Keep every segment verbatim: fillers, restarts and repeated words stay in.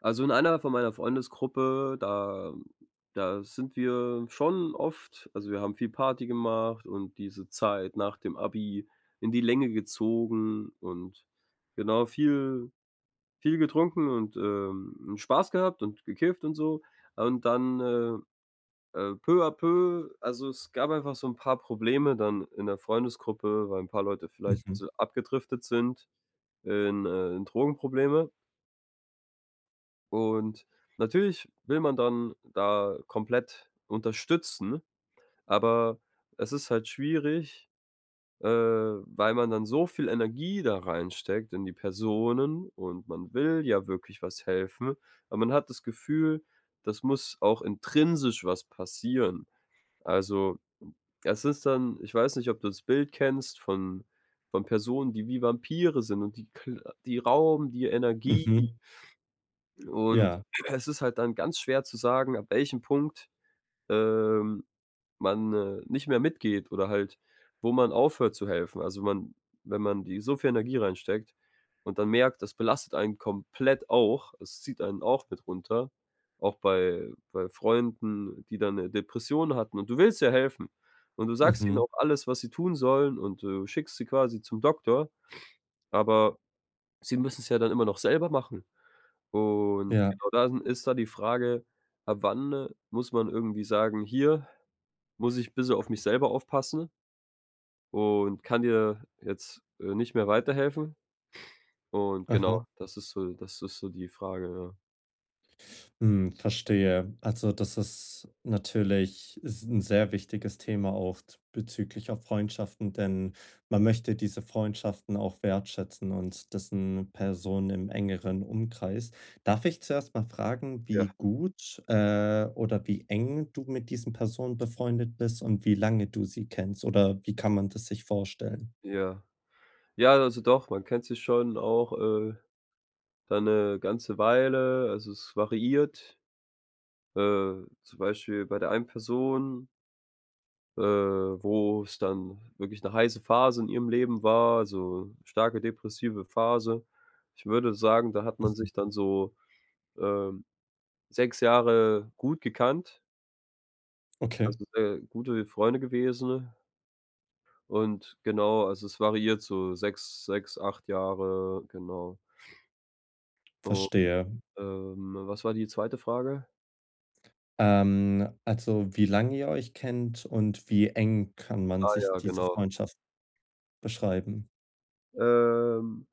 Also, in einer von meiner Freundesgruppe, da da sind wir schon oft, also, wir haben viel Party gemacht und diese Zeit nach dem Abi in die Länge gezogen und genau, viel viel getrunken und, ähm, Spaß gehabt und gekifft und so. Und dann, äh, äh, peu à peu, also, es gab einfach so ein paar Probleme dann in der Freundesgruppe, weil ein paar Leute vielleicht Mhm, so abgedriftet sind in, äh, in Drogenprobleme. Und natürlich will man dann da komplett unterstützen, aber es ist halt schwierig, äh, weil man dann so viel Energie da reinsteckt in die Personen und man will ja wirklich was helfen, aber man hat das Gefühl, das muss auch intrinsisch was passieren. Also, es ist dann, ich weiß nicht, ob du das Bild kennst von von Personen, die wie Vampire sind und die kl die rauben dir Energie. mhm, Und ja, es ist halt dann ganz schwer zu sagen, ab welchem Punkt, ähm, man, äh, nicht mehr mitgeht oder halt, wo man aufhört zu helfen. Also, man, wenn man die so viel Energie reinsteckt und dann merkt, das belastet einen komplett auch, es zieht einen auch mit runter, auch bei bei Freunden, die dann 'ne Depression hatten, und du willst ja helfen und du sagst ihnen mhm, auch alles, was sie tun sollen, und du schickst sie quasi zum Doktor, aber sie müssen es ja dann immer noch selber machen. Und ja, genau, dann ist da die Frage, ab wann muss man irgendwie sagen: „Hier muss ich ein bisschen auf mich selber aufpassen und kann dir jetzt, äh, nicht mehr weiterhelfen.“ Und aha, genau, das ist so, das ist so die Frage, ja. hm, verstehe. Also, das ist natürlich ist 'n sehr wichtiges Thema auch z bezüglich auf Freundschaften, denn man möchte diese Freundschaften auch wertschätzen und das Personen im engeren Umkreis. Darf ich zuerst mal fragen, Ja, wie gut, äh, oder wie eng du mit diesen Personen befreundet bist und wie lange du sie kennst oder wie kann man das sich vorstellen? ja. Ja, also doch, man kennt sich schon auch, äh, dann 'ne ganze Weile. Also, es variiert. Äh, zum Beispiel bei der einen Person, äh, wo es dann wirklich eine heiße Phase in ihrem Leben war, also, starke depressive Phase. Ich würde sagen, da hat man Mhm, sich dann so, ähm, sechs Jahre gut gekannt, okay, also, sehr gute Freunde gewesen, und genau, also, es variiert so sechs, sechs, acht Jahre, genau. Und, verstehe. ähm, was war die zweite Frage? Ähm, also, wie lange ihr euch kennt und wie eng kann man Ah sich ja, diese genau. Freundschaft beschreiben? Ähm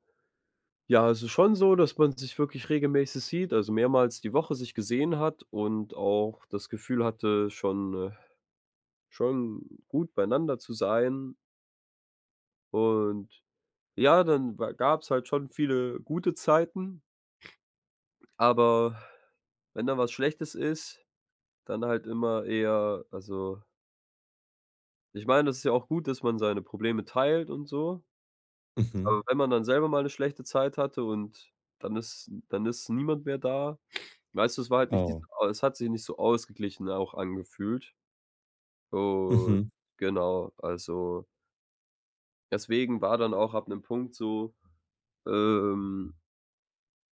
Ja, es ist schon so, dass man sich wirklich regelmäßig sieht, also mehrmals die Woche sich gesehen hat und auch das Gefühl hatte, schon, äh, schon gut beieinander zu sein. Und ja, dann wa gab's halt schon viele gute Zeiten, aber wenn da was Schlechtes ist, dann halt immer eher, also, ich meine, das ist ja auch gut, dass man seine Probleme teilt und so, aber Mhm. wenn man dann selber mal eine schlechte Zeit hatte und dann ist dann ist niemand mehr da. Weißt du, es war halt nicht diese, Oh. es hat sich nicht so ausgeglichen auch angefühlt. Und Mhm. genau, also, deswegen war dann auch ab 'nem Punkt so, ähm,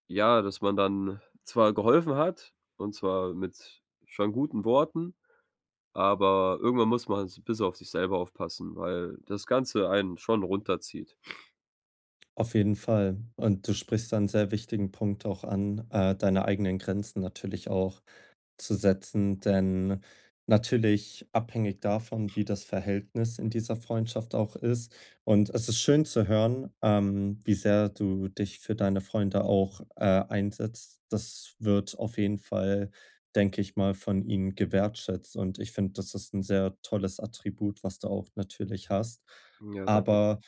ja, dass man dann zwar geholfen hat und zwar mit schon guten Worten, aber irgendwann muss man s bisschen auf sich selber aufpassen, weil das Ganze einen schon runterzieht. Auf jeden Fall. Und du sprichst da 'n sehr wichtigen Punkt auch an, äh, deine eigenen Grenzen natürlich auch zu setzen, denn natürlich abhängig davon, wie das Verhältnis in dieser Freundschaft auch ist. Und es ist schön zu hören, ähm, wie sehr du dich für deine Freunde auch äh, einsetzt. Das wird auf jeden Fall, denke ich mal, von ihnen gewertschätzt. Und ich finde, das ist ein sehr tolles Attribut, was du auch natürlich hast. Ja, danke. Aber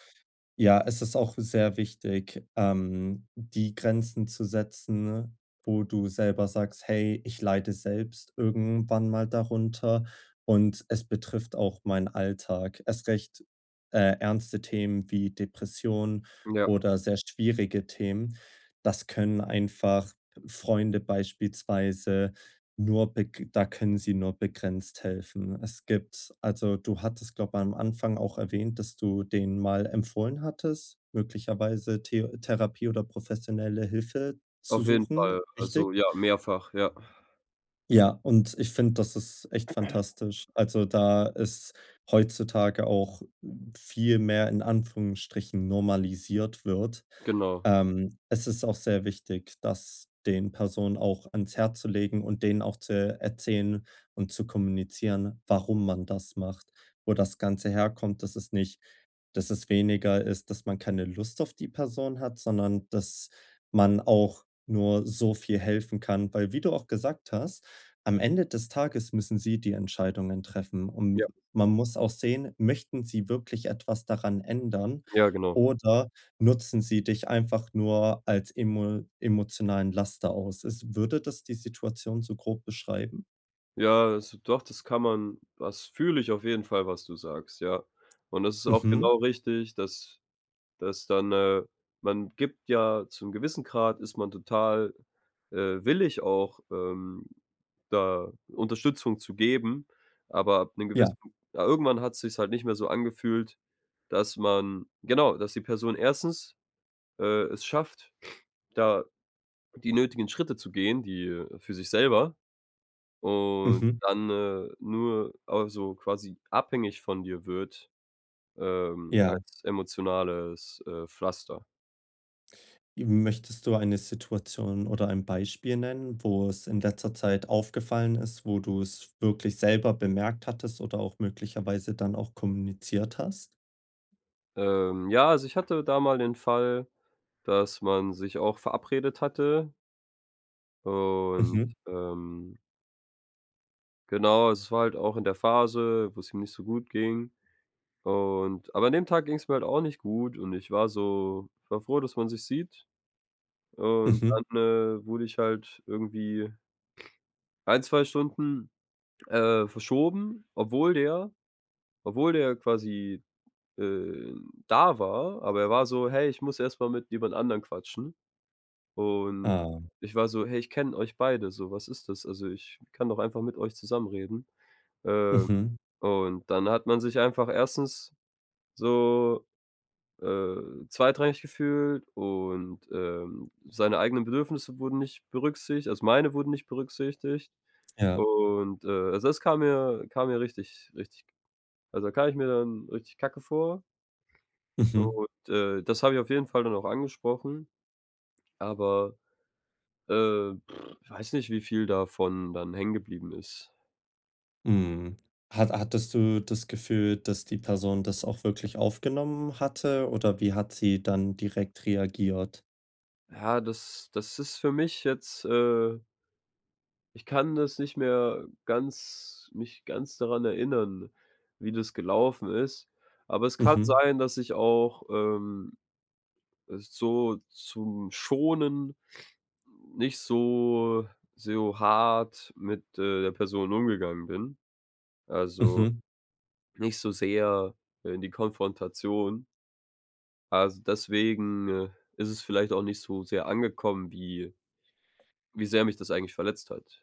ja, es ist auch sehr wichtig, ähm, die Grenzen zu setzen, wo du selber sagst: „Hey, ich leide selbst irgendwann mal darunter und es betrifft auch meinen Alltag.“ Erst recht äh, ernste Themen wie Depressionen Ja, oder sehr schwierige Themen, das können einfach Freunde beispielsweise nur beg da können sie nur begrenzt helfen. Es gibt also, du hattest, glaube ich, am Anfang auch erwähnt, dass du denen mal empfohlen hattest, möglicherweise The Therapie oder professionelle Hilfe zu auf jeden suchen, Fall. richtig? Also, ja, mehrfach, ja. Ja, und ich finde, das ist echt fantastisch. Also, da ist heutzutage auch viel mehr in Anführungsstrichen normalisiert wird. Genau. Ähm, es ist auch sehr wichtig, das den Personen auch ans Herz zu legen und denen auch zu erzählen und zu kommunizieren, warum man das macht, wo das Ganze herkommt. Das ist nicht, dass es weniger ist, dass man keine Lust auf die Person hat, sondern dass man auch nur so viel helfen kann, weil, wie du auch gesagt hast, am Ende des Tages müssen sie die Entscheidungen treffen Ja, und man muss auch sehen, möchten sie wirklich etwas daran ändern ja, genau. oder nutzen sie dich einfach nur als emo emotionalen Laster aus? Ist würde das die Situation so grob beschreiben? Ja, also doch, das kann man, das fühle ich auf jeden Fall, was du sagst, ja. Und das ist auch Mhm. genau richtig, dass dass dann, äh man gibt ja, zu 'nem gewissen Grad ist man total, äh, willig auch, ähm, da Unterstützung zu geben, aber ab einem Ja. gewissen, ja, irgendwann hat es sich halt nicht mehr so angefühlt, dass man, genau, dass die Person erstens, äh, es schafft, da die nötigen Schritte zu gehen, die, äh für sich selber, und Mhm. dann, äh, nur, also, quasi abhängig von dir wird, ähm, Ja. als emotionales, äh, Pflaster. Möchtest du eine Situation oder ein Beispiel nennen, wo es in letzter Zeit aufgefallen ist, wo du es wirklich selber bemerkt hattest oder auch möglicherweise dann auch kommuniziert hast? Ähm, ja, also ich hatte da mal den Fall, dass man sich auch verabredet hatte und, Mhm, ähm, genau, also es war halt auch in der Phase, wo es ihm nicht so gut ging, und aber an dem Tag ging es mir halt auch nicht gut, und ich war so, ich war froh, dass man sich sieht, und mhm, dann, äh, wurde ich halt irgendwie ein, zwei Stunden, Äh, verschoben, obwohl der obwohl der quasi, äh, da war, aber er war so: „Hey, ich muss erst mal mit jemand anderen quatschen.“ Und ah, ich war so: „Hey, ich kenne euch beide so, was ist das? Also, ich kann doch einfach mit euch zusammenreden reden.“ Ähm, mhm, und dann hat man sich einfach erstens so, äh, zweitrangig gefühlt und, ähm, seine eigenen Bedürfnisse wurden nicht berücksichtigt, also, meine wurden nicht berücksichtigt. ja, Und, äh, also, das kam mir kam mir richtig, richtig, also, da kam ich mir dann richtig kacke vor, mhm, und, äh, das habe ich auf jeden Fall dann auch angesprochen, aber, äh, pff, ich weiß nicht, wie viel davon dann hängen geblieben ist. mhm. Hat hattest du das Gefühl, dass die Person das auch wirklich aufgenommen hatte oder wie hat sie dann direkt reagiert? Ja, das das ist für mich jetzt, äh ich kann das nicht mehr ganz mich ganz daran erinnern, wie das gelaufen ist, aber es kann Mhm, sein, dass ich auch, ähm, es so zum Schonen, nicht so so hart mit, äh, der Person umgegangen bin. Also, mhm. nicht so sehr, äh, in die Konfrontation. Also, deswegen, äh, ist es vielleicht auch nicht so sehr angekommen, wie wie sehr mich das eigentlich verletzt hat.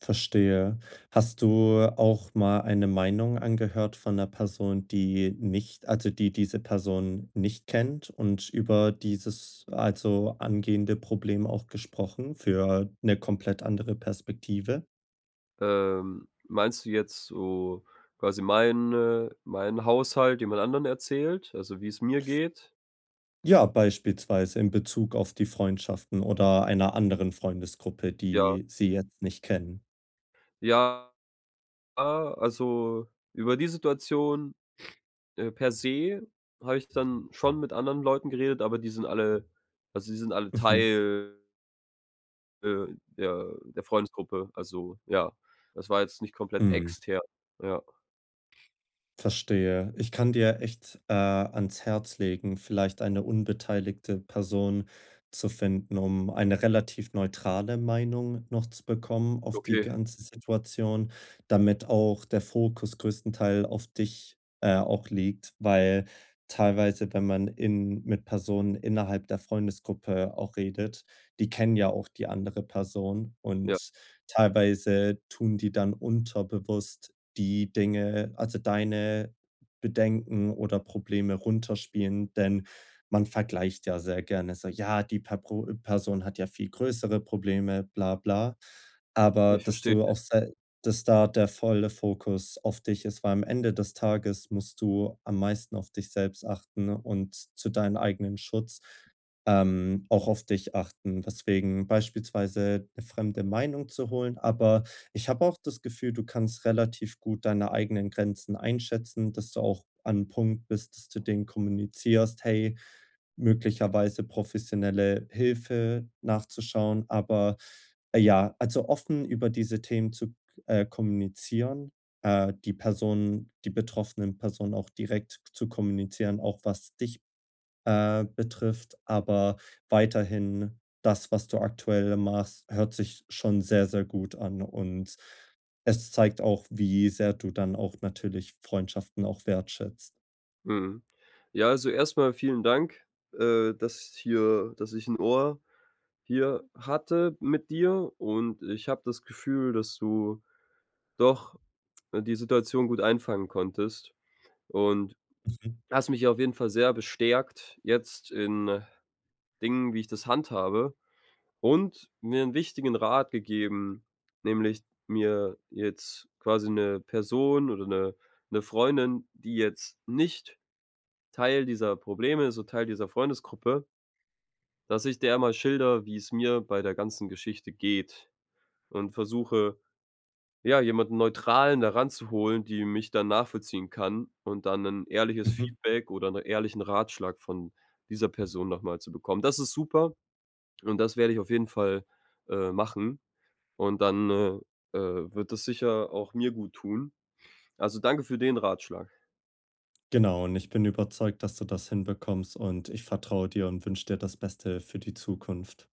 Verstehe. Hast du auch mal eine Meinung angehört von einer Person, die nicht, also, die diese Person nicht kennt, und über dieses, also, angehende Problem auch gesprochen für eine komplett andere Perspektive? Ähm, meinst du jetzt so quasi mein, äh meinen Haushalt jemand anderen erzählt, also wie es mir geht? Ja, beispielsweise in Bezug auf die Freundschaften oder einer anderen Freundesgruppe, Ja. die sie jetzt nicht kennen. Ja, also, über die Situation, äh, per se habe ich dann schon mit anderen Leuten geredet, aber die sind alle, also, die sind alle Mhm. Teil, äh, der der Freundesgruppe. Also, ja, das war jetzt nicht komplett Mhm. extern. Ja, Verstehe. Ich kann dir echt äh, ans Herz legen, vielleicht eine unbeteiligte Person zu finden, um eine relativ neutrale Meinung noch zu bekommen auf die okay, ganze Situation, damit auch der Fokus größtenteils auf dich, äh, auch liegt, weil teilweise, wenn man in mit Personen innerhalb der Freundesgruppe auch redet, die kennen ja auch die andere Person ja, und teilweise tun die dann unterbewusst die Dinge, also, deine Bedenken oder Probleme runterspielen, denn man vergleicht ja sehr gerne so: „Ja, die Papro Person hat ja viel größere Probleme, bla bla.“ Aber ich dass verstehe. du auch se dass da der volle Fokus auf dich ist, weil am Ende des Tages musst du am meisten auf dich selbst achten und zu deinen eigenen Schutz, ähm, auch auf dich achten. Weswegen beispielsweise 'ne fremde Meinung zu holen, aber ich habe auch das Gefühl, du kannst relativ gut deine eigenen Grenzen einschätzen, dass du auch an 'nem Punkt bist, dass du denen kommunizierst: „Hey, möglicherweise professionelle Hilfe nachzuschauen.“ Aber, äh, ja, also, offen über diese Themen zu äh, kommunizieren, äh, die Personen die betroffenen Personen auch direkt zu kommunizieren, auch was dich äh, betrifft, aber weiterhin das, was du aktuell machst, hört sich schon sehr, sehr gut an und es zeigt auch, wie sehr du dann auch natürlich Freundschaften auch wertschätzt. Mhm. Ja, also, erstmal vielen Dank, äh, dass hier, dass ich ein Ohr hier hatte mit dir, und ich habe das Gefühl, dass du doch, äh, die Situation gut einfangen konntest und Mhm, hast mich auf jeden Fall sehr bestärkt jetzt in, äh, Dingen, wie ich das handhabe. Und mir 'n wichtigen Rat gegeben, nämlich mir jetzt quasi 'ne Person oder 'ne 'ne Freundin, die jetzt nicht Teil dieser Probleme ist, so Teil dieser Freundesgruppe, dass ich der mal schildere, wie es mir bei der ganzen Geschichte geht, und versuche, ja, jemanden Neutralen da ranzuholen, die mich dann nachvollziehen kann, und dann 'nen ehrliches mhm. Feedback oder 'nen ehrlichen Ratschlag von dieser Person noch mal zu bekommen. Das ist super, und das werde ich auf jeden Fall, äh, machen. Und dann, äh, äh, wird das sicher auch mir gut tun. Also, danke für den Ratschlag. Genau, und ich bin überzeugt, dass du das hinbekommst, und ich vertraue dir und wünsche dir das Beste für die Zukunft.